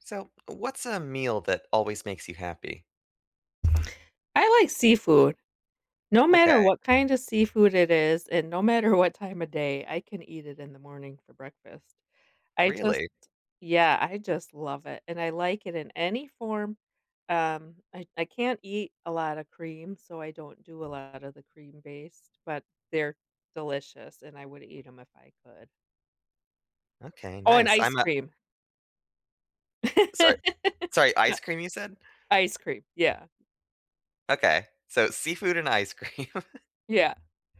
So, what's a meal that always makes you happy? I like seafood. No matter Okay, what kind of seafood it is and no matter what time of day, I can eat it in the morning for breakfast. I just really? Yeah, I just love it, and I like it in any form. I can't eat a lot of cream, so I don't do a lot of the cream-based, but they're delicious, and I would eat them if I could. Okay, Oh, and nice. ice I'm cream. a sorry, Sorry, ice cream you said? Ice cream, yeah, Okay. So, seafood and ice cream. yeah.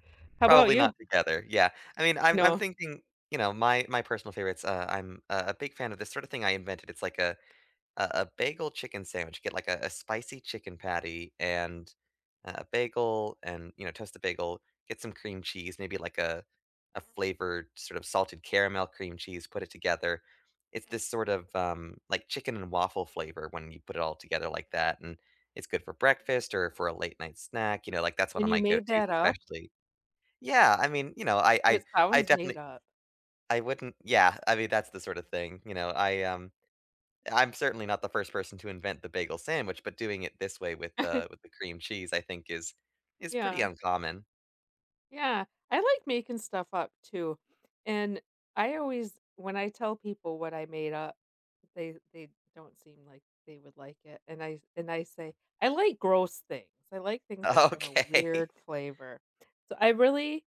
How about Probably not you? together. Yeah. I mean, I'm No, thinking, you know, my personal favorites, I'm a big fan of this sort of thing I invented. It's like a bagel chicken sandwich. Get like a spicy chicken patty and a bagel, and you know, toast the bagel. Get some cream cheese, maybe like a flavored sort of salted caramel cream cheese. Put it together. It's this sort of like chicken and waffle flavor when you put it all together like that, and it's good for breakfast or for a late night snack. You know, like that's one and of you my go made tos, that up? especially. Yeah, I mean, you know, I I It I sounds made definitely up. I wouldn't. Yeah, I mean, that's the sort of thing. You know, I I'm certainly not the first person to invent the bagel sandwich, but doing it this way with the with the cream cheese, I think is pretty Yeah, uncommon. yeah. I like making stuff up too. And I always when I tell people what I made up, they don't seem like they would like it. And I say, "I like gross things. I like things that have a Okay. weird flavor." So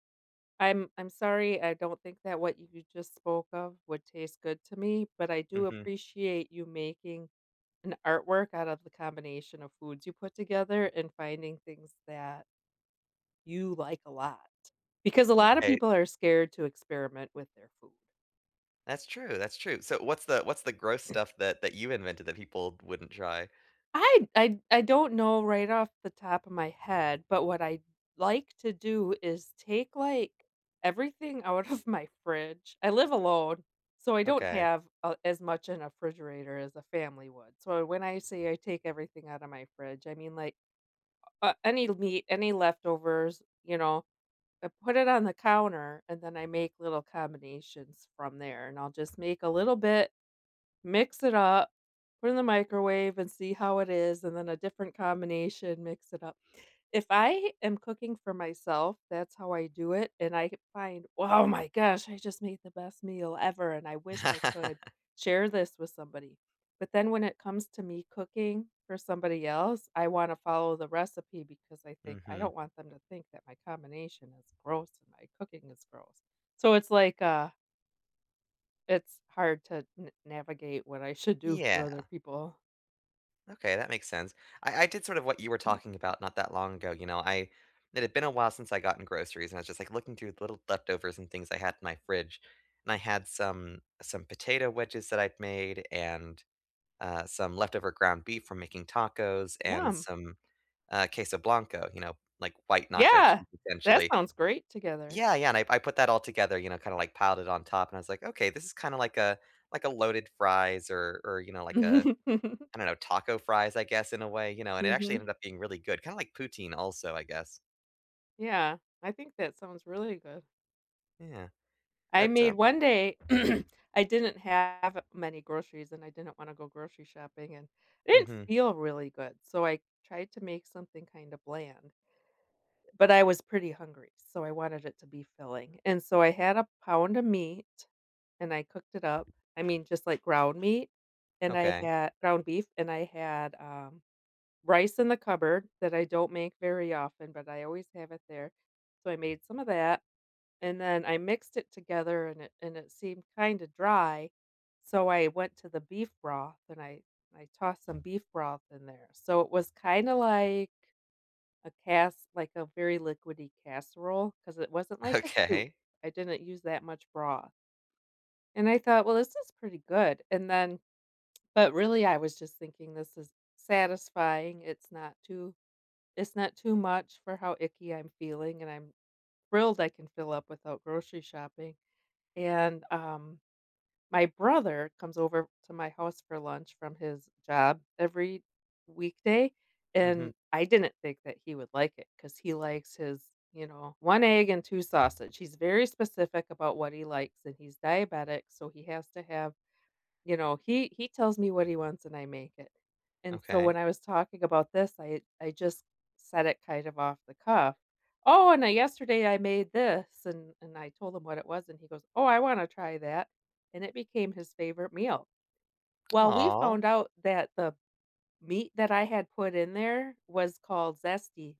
I'm sorry, I don't think that what you just spoke of would taste good to me, but I do Mhm. appreciate you making an artwork out of the combination of foods you put together and finding things that you like a lot. Because a lot of Okay. people are scared to experiment with their food. That's true, that's true. So what's the gross stuff that you invented that people wouldn't try? I don't know right off the top of my head, but what I like to do is take, like, everything out of my fridge. I live alone, so I don't Okay. have a as much in a refrigerator as a family would. So when I say I take everything out of my fridge, I mean, like, any meat, any leftovers, you know? I put it on the counter, and then I make little combinations from there, and I'll just make a little bit, mix it up, put it in the microwave and see how it is, and then a different combination, mix it up. If I am cooking for myself, that's how I do it, and I find, "Oh my gosh, I just made the best meal ever, and I wish I could share this with somebody." But then when it comes to me cooking for somebody else, I wanna follow the recipe because I think I Mhm. don't want them to think that my combination is gross and my cooking is gross. So it's like, it's hard to n navigate what I should do for Yeah. other people. Okay, that makes sense. I did sort of what you were Mm. talking about not that long ago, you know, I it had been a while since I gotten groceries, and I was just, like, looking through the little leftovers and things I had in my fridge, and I had some potato wedges that I'd made and, some leftover ground beef from making tacos and Yum. some, queso blanco, you know, like, white nacho Yeah. cheese, That essentially. sounds great together. Yeah, yeah, and I put that all together, you know, kinda, like, piled it on top, and I was like, "Okay, this is kinda like a loaded fries or, you know, like a I don't know, taco fries, I guess, in a way, you know, and it actually Mhm. ended up being really good, kinda like poutine also, I guess." Yeah. I think that sounds really good. Yeah, I but, made one day, I didn't have many groceries, and I didn't wanna go grocery shopping, and I didn't Mhm, feel really good, so I tried to make something kinda bland. But I was pretty hungry, so I wanted it to be filling, and so I had a pound of meat, and I cooked it up. I mean, just like ground meat, and I okay, had ground beef, and I had, rice in the cupboard that I don't make very often, but I always have it there. So I made some of that, and then I mixed it together, and it seemed kinda dry, so I went to the beef broth, and I tossed some beef broth in there. So it was kinda like a cast like a very liquidy casserole because it wasn't like a soup. okay. I didn't use that much broth, and I thought, "Well, this is pretty good," and then but really, I was just thinking, "This is satisfying, it's not too much for how icky I'm feeling, and I'm thrilled I can fill up without grocery shopping," and, my brother comes over to my house for lunch from his job every weekday, Mhm, and I didn't think that he would like it because he likes his, you know, 1 egg and 2 sausage. He's very specific about what he likes, and he's diabetic, so he has to have you know, he tells me what he wants and I make it. And so okay. when I was talking about this, I just said it kind of off the cuff. "Oh, and I yesterday I made this," and I told him what it was, and he goes, "Oh, I wanna try that," and it became his favorite meal. Well, we Aw, found out that the meat that I had put in there was called zesty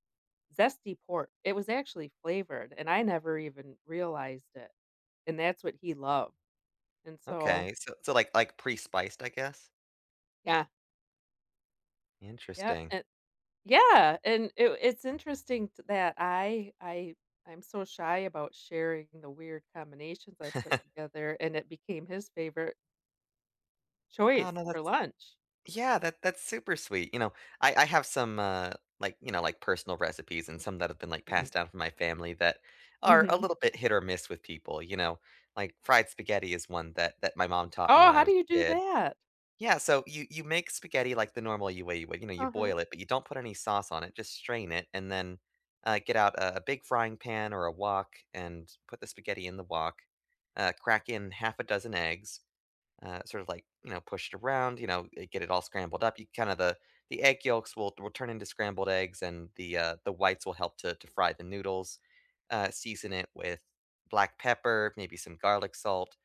zesty pork. It was actually flavored, and I never even realized it, and that's what he loved, and so okay, so, so, like, pre-spiced, I guess? yeah, yeah, Interesting. and yeah, and it's interesting t that I I'm so shy about sharing the weird combinations I put together, and it became his favorite Oh, choice no, for that's lunch. yeah, that that's super sweet, you know, I have some, like, you know, like, personal recipes and some that have been, like, Mhm. passed down from my family that are a Mhm. little bit hit or miss with people, you know? Like, fried spaghetti is one that my mom taught me "Oh, when I how do was you a do kid. that?" Yeah, so you make spaghetti like the normal you way you would. You know, you Uh-huh. boil it, but you don't put any sauce on it. Just strain it, and then get out a big frying pan or a wok and put the spaghetti in the wok. Crack in half a dozen eggs, sort of like you know pushed around you know get it all scrambled up you kind of the egg yolks will turn into scrambled eggs and the whites will help to fry the noodles season it with black pepper maybe some garlic salt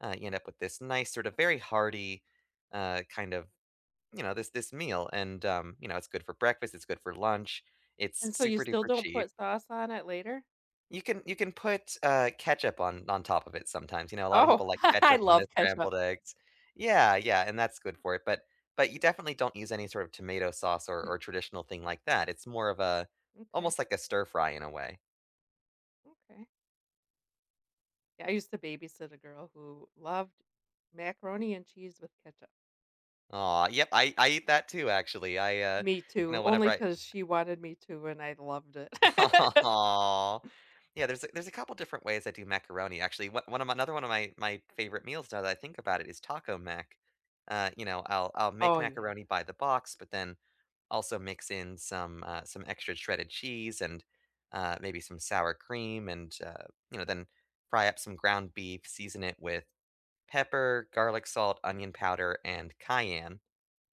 you end up with this nice sort of very hearty kind of you know this this meal and you know it's good for breakfast it's good for lunch it's "And so you super still duper don't cheap put sauce on it later?" You can put, ketchup on top of it sometimes, you know, a lot of "Oh, people like I ketchup on their love ketchup." scrambled eggs. Yeah, yeah, and that's good for it, but you definitely don't use any sort of tomato sauce or traditional thing like that, it's more of a "Okay, almost like a stir fry in a way. okay." Yeah, I used to babysit a girl who loved macaroni and cheese with ketchup. Aw, yep, I eat that too, actually, I, Me you too, know, whenever only I because she wanted me to, and I loved it. Aw. Yeah, there's a couple different ways I do macaroni, actually, one one of my another one of my my favorite meals now that I think about it is taco mac. You know, I'll make Oh, yeah. macaroni by the box, but then also mix in some extra shredded cheese and, maybe some sour cream and, you know, then fry up some ground beef, season it with pepper, garlic salt, onion powder, and cayenne.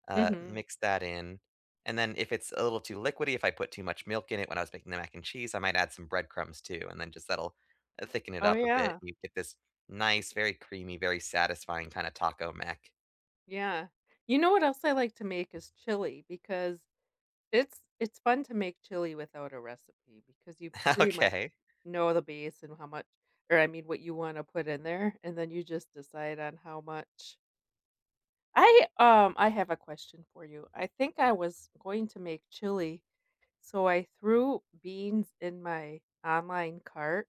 Mhm. Mix that in, and then if it's a little too liquidy, if I put too much milk in it when I was making the mac and cheese, I might add some breadcrumbs too, and then just that'll thicken it Oh, up a bit. yeah. You get this nice, very creamy, very satisfying kind of taco mac. Yeah. You know what else I like to make is chili because it's fun to make chili without a recipe because you pretty much Okay. know the base and how much or I mean what you wanna put in there, and then you just decide on how much. I have a question for you. I think I was going to make chili, so I threw beans in my online cart.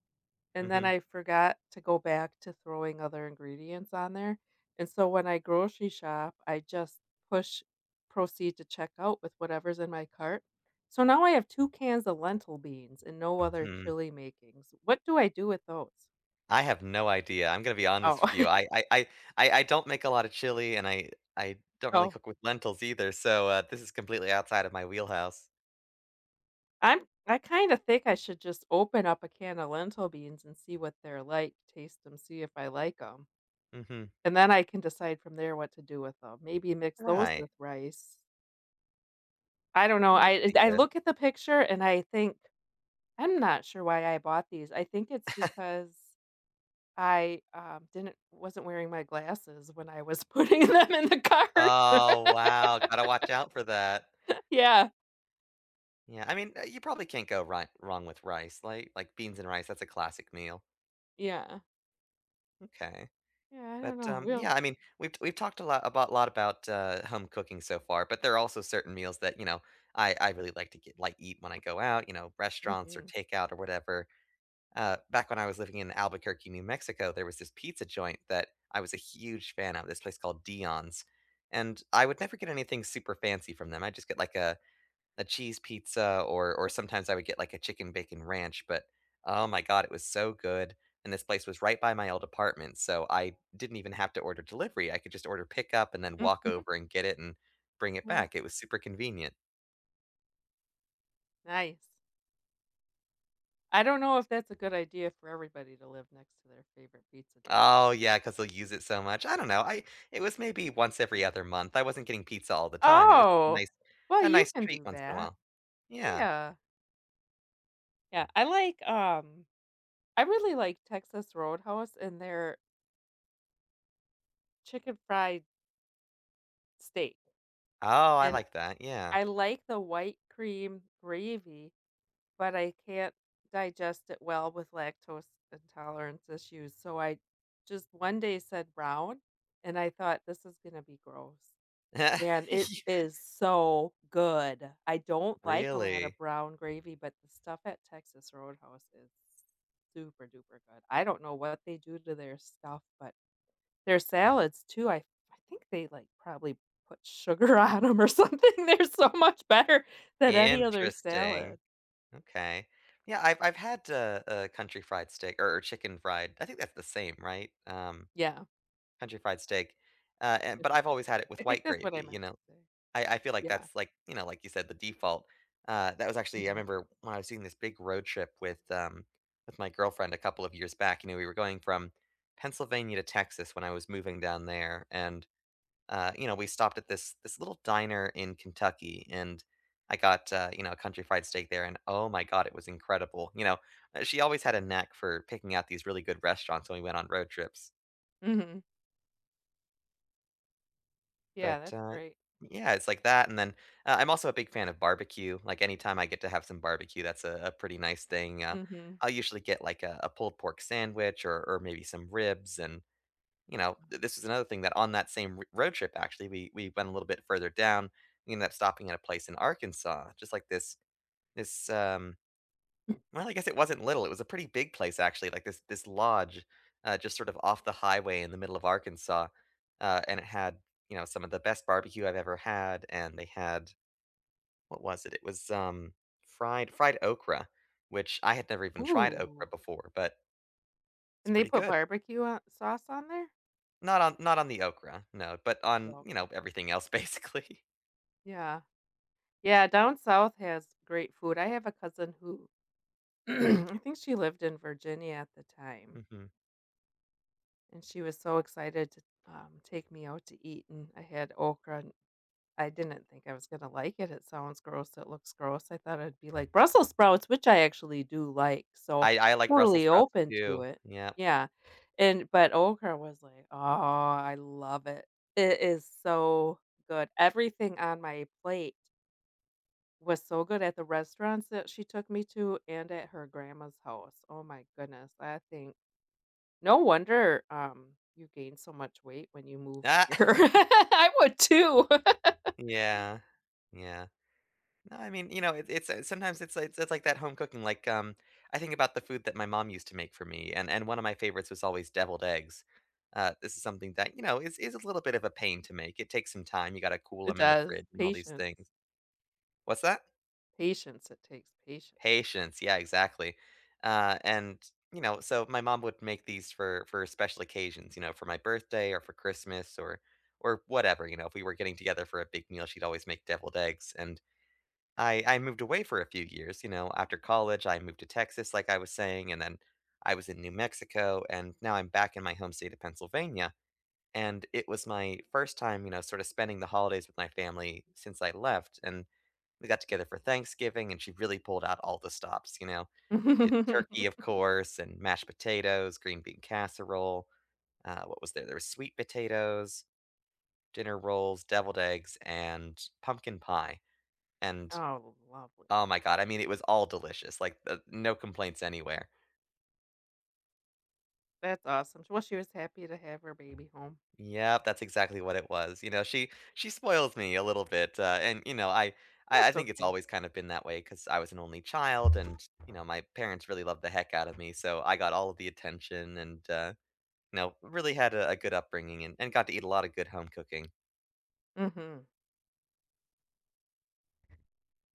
And then Mhm. I forgot to go back to throwing other ingredients on there, and so when I grocery shop, I just push proceed to check out with whatever's in my cart. So now I have 2 cans of lentil beans and no other Hmm, chili makings. What do I do with those? I have no idea. I'm gonna be Oh, honest with you. I I I I I don't make a lot of chili, and I don't really oh, cook with lentils either, so, this is completely outside of my wheelhouse. I kinda think I should just open up a can of lentil beans and see what they're like, taste them, see if I like them, Mhm. and then I can decide from there what to do with them. Maybe mix those Right. with rice. I don't know, It would I be I good. look at the picture and I think, "I'm not sure why I bought these." I think it's because I, didn't wasn't wearing my glasses when I was putting them in the cart. Oh, wow. Gotta watch out for that. Yeah, Yeah, I mean, you probably can't go right wrong with rice, like beans and rice, that's a classic meal. yeah, Okay. yeah, I don't But, know, we'll yeah, I mean, we've talked a lot about, home cooking so far, but there are also certain meals that, you know, I really like to get like, eat when I go out, you know, restaurants or mhm, takeout or whatever. Back when I was living in Albuquerque, New Mexico, there was this pizza joint that I was a huge fan of, this place called Dion's, and I would never get anything super fancy from them. I just get, like, a cheese pizza or sometimes I would get like a chicken bacon ranch, but oh my god, it was so good. And this place was right by my old apartment, so I didn't even have to order delivery. I could just order pickup and then walk over and get it and bring it yeah, back. It was super convenient. nice. I don't know if that's a good idea for everybody to live next to their favorite pizza joint, Oh though. yeah, because they'll use it so much. I don't know. I it was maybe once every other month. I wasn't getting pizza all the time. It was just Oh, well, a you nice can treat do once in a that. while. Yeah. Yeah, yeah, I like, I really like Texas Roadhouse and their chicken fried steak, Oh, I and like that. Yeah. I like the white cream gravy, but I can't digest it well with lactose intolerance issues, so I just one day said brown, and I thought, "This is gonna be gross," and it is so good. I don't like a lot Really of brown gravy, but the stuff at Texas Roadhouse is super duper good. I don't know what they do to their stuff, but their salads too, I think they, like, probably put sugar on them or something, they're so much better than any other salad. interesting. Okay. Yeah, I've had a country fried steak or chicken fried. I think that's the same, right? Yeah, Country fried steak. And, which but is I've pretty always had it nice. with I think white that's what I gravy. You meant to know, say. I feel like Yeah, that's like you know, like you said, the default. That was actually I mhm, remember when I was doing this big road trip with my girlfriend a couple of years back. You know, we were going from Pennsylvania to Texas when I was moving down there, and you know, we stopped at this little diner in Kentucky, and I got you know a country fried steak there, and oh my god, it was incredible. You know, she always had a knack for picking out these really good restaurants when we went on road trips. mhm, yeah, But that's great. yeah, it's like that, and then I'm also a big fan of barbecue. Like anytime I get to have some barbecue, that's a pretty nice thing. Mhm, I'll usually get like a pulled pork sandwich or maybe some ribs, and you know, th this is another thing that on that same r road trip, actually, we went a little bit further down. We ended up stopping at a place in Arkansas, just like this well, I guess it wasn't little, it was a pretty big place, actually, like this lodge, just sort of off the highway in the middle of Arkansas, and it had, you know, some of the best barbecue I've ever had, and they had what was it? It was, fried okra, which I had never even tried okra ooh, before, but it's and they pretty put good. barbecue on sauce on there? Not on not on the okra, no, but on, Oh, you know, okay. everything else, basically. Yeah. Yeah, down south has great food. I have a cousin who I think she lived in Virginia at the time, Mhm. and she was so excited to, take me out to eat, and I had okra. I didn't think I was gonna like it. It sounds gross, it looks gross. I thought it'd be like Brussels sprouts, which I actually do like, so I like Brussels totally sprouts open to too. it. Yep. Yeah, and but okra was like, "Oh, I love it." It is so good. Everything on my plate was so good at the restaurants that she took me to and at her grandma's house. Oh my goodness, I think no wonder, you gain so much weight when you move Ah! here. I would too. Yeah. Yeah. No, I mean, you know, it it's, sometimes it's like that home cooking, like, I think about the food that my mom used to make for me, and one of my favorites was always deviled eggs. This is something that, you know, is a little bit of a pain to make. It takes some time, you gotta cool It them in the does. fridge and all these Patience. things. What's that? Patience, it takes patience. Patience, yeah, exactly. And you know, so my mom would make these for special occasions, you know, for my birthday or for Christmas or whatever, you know, if we were getting together for a big meal, she'd always make deviled eggs. And I moved away for a few years, you know, after college, I moved to Texas like I was saying, and then I was in New Mexico and now I'm back in my home state of Pennsylvania. And it was my first time, you know, sort of spending the holidays with my family since I left. And we got together for Thanksgiving, and she really pulled out all the stops, you know? Did turkey, of course, and mashed potatoes, green bean casserole, what was there? There was sweet potatoes, dinner rolls, deviled eggs, and pumpkin pie, and, Oh, lovely. oh my god, I mean, it was all delicious, like, no complaints anywhere. That's awesome. Well, she was happy to have her baby home. Yep, that's exactly what it was. You know, she spoils me a little bit, and you know, I, I That's think it's okay. always kind of been that way because I was an only child, and you know, my parents really loved the heck out of me, so I got all of the attention, and you know, really had a good upbringing, and got to eat a lot of good home cooking. Mhm.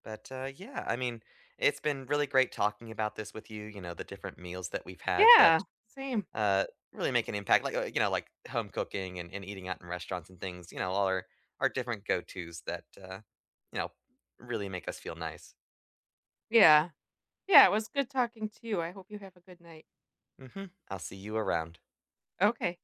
But yeah, I mean, it's been really great talking about this with you. You know, the different meals that we've had Yeah, that same. uh, really make an impact. Like you know, like home cooking and eating out in restaurants and things. You know, all our different go tos that you know really make us feel nice. Yeah. Yeah, it was good talking to you. I hope you have a good night. Hmm, I'll see you around. Okay.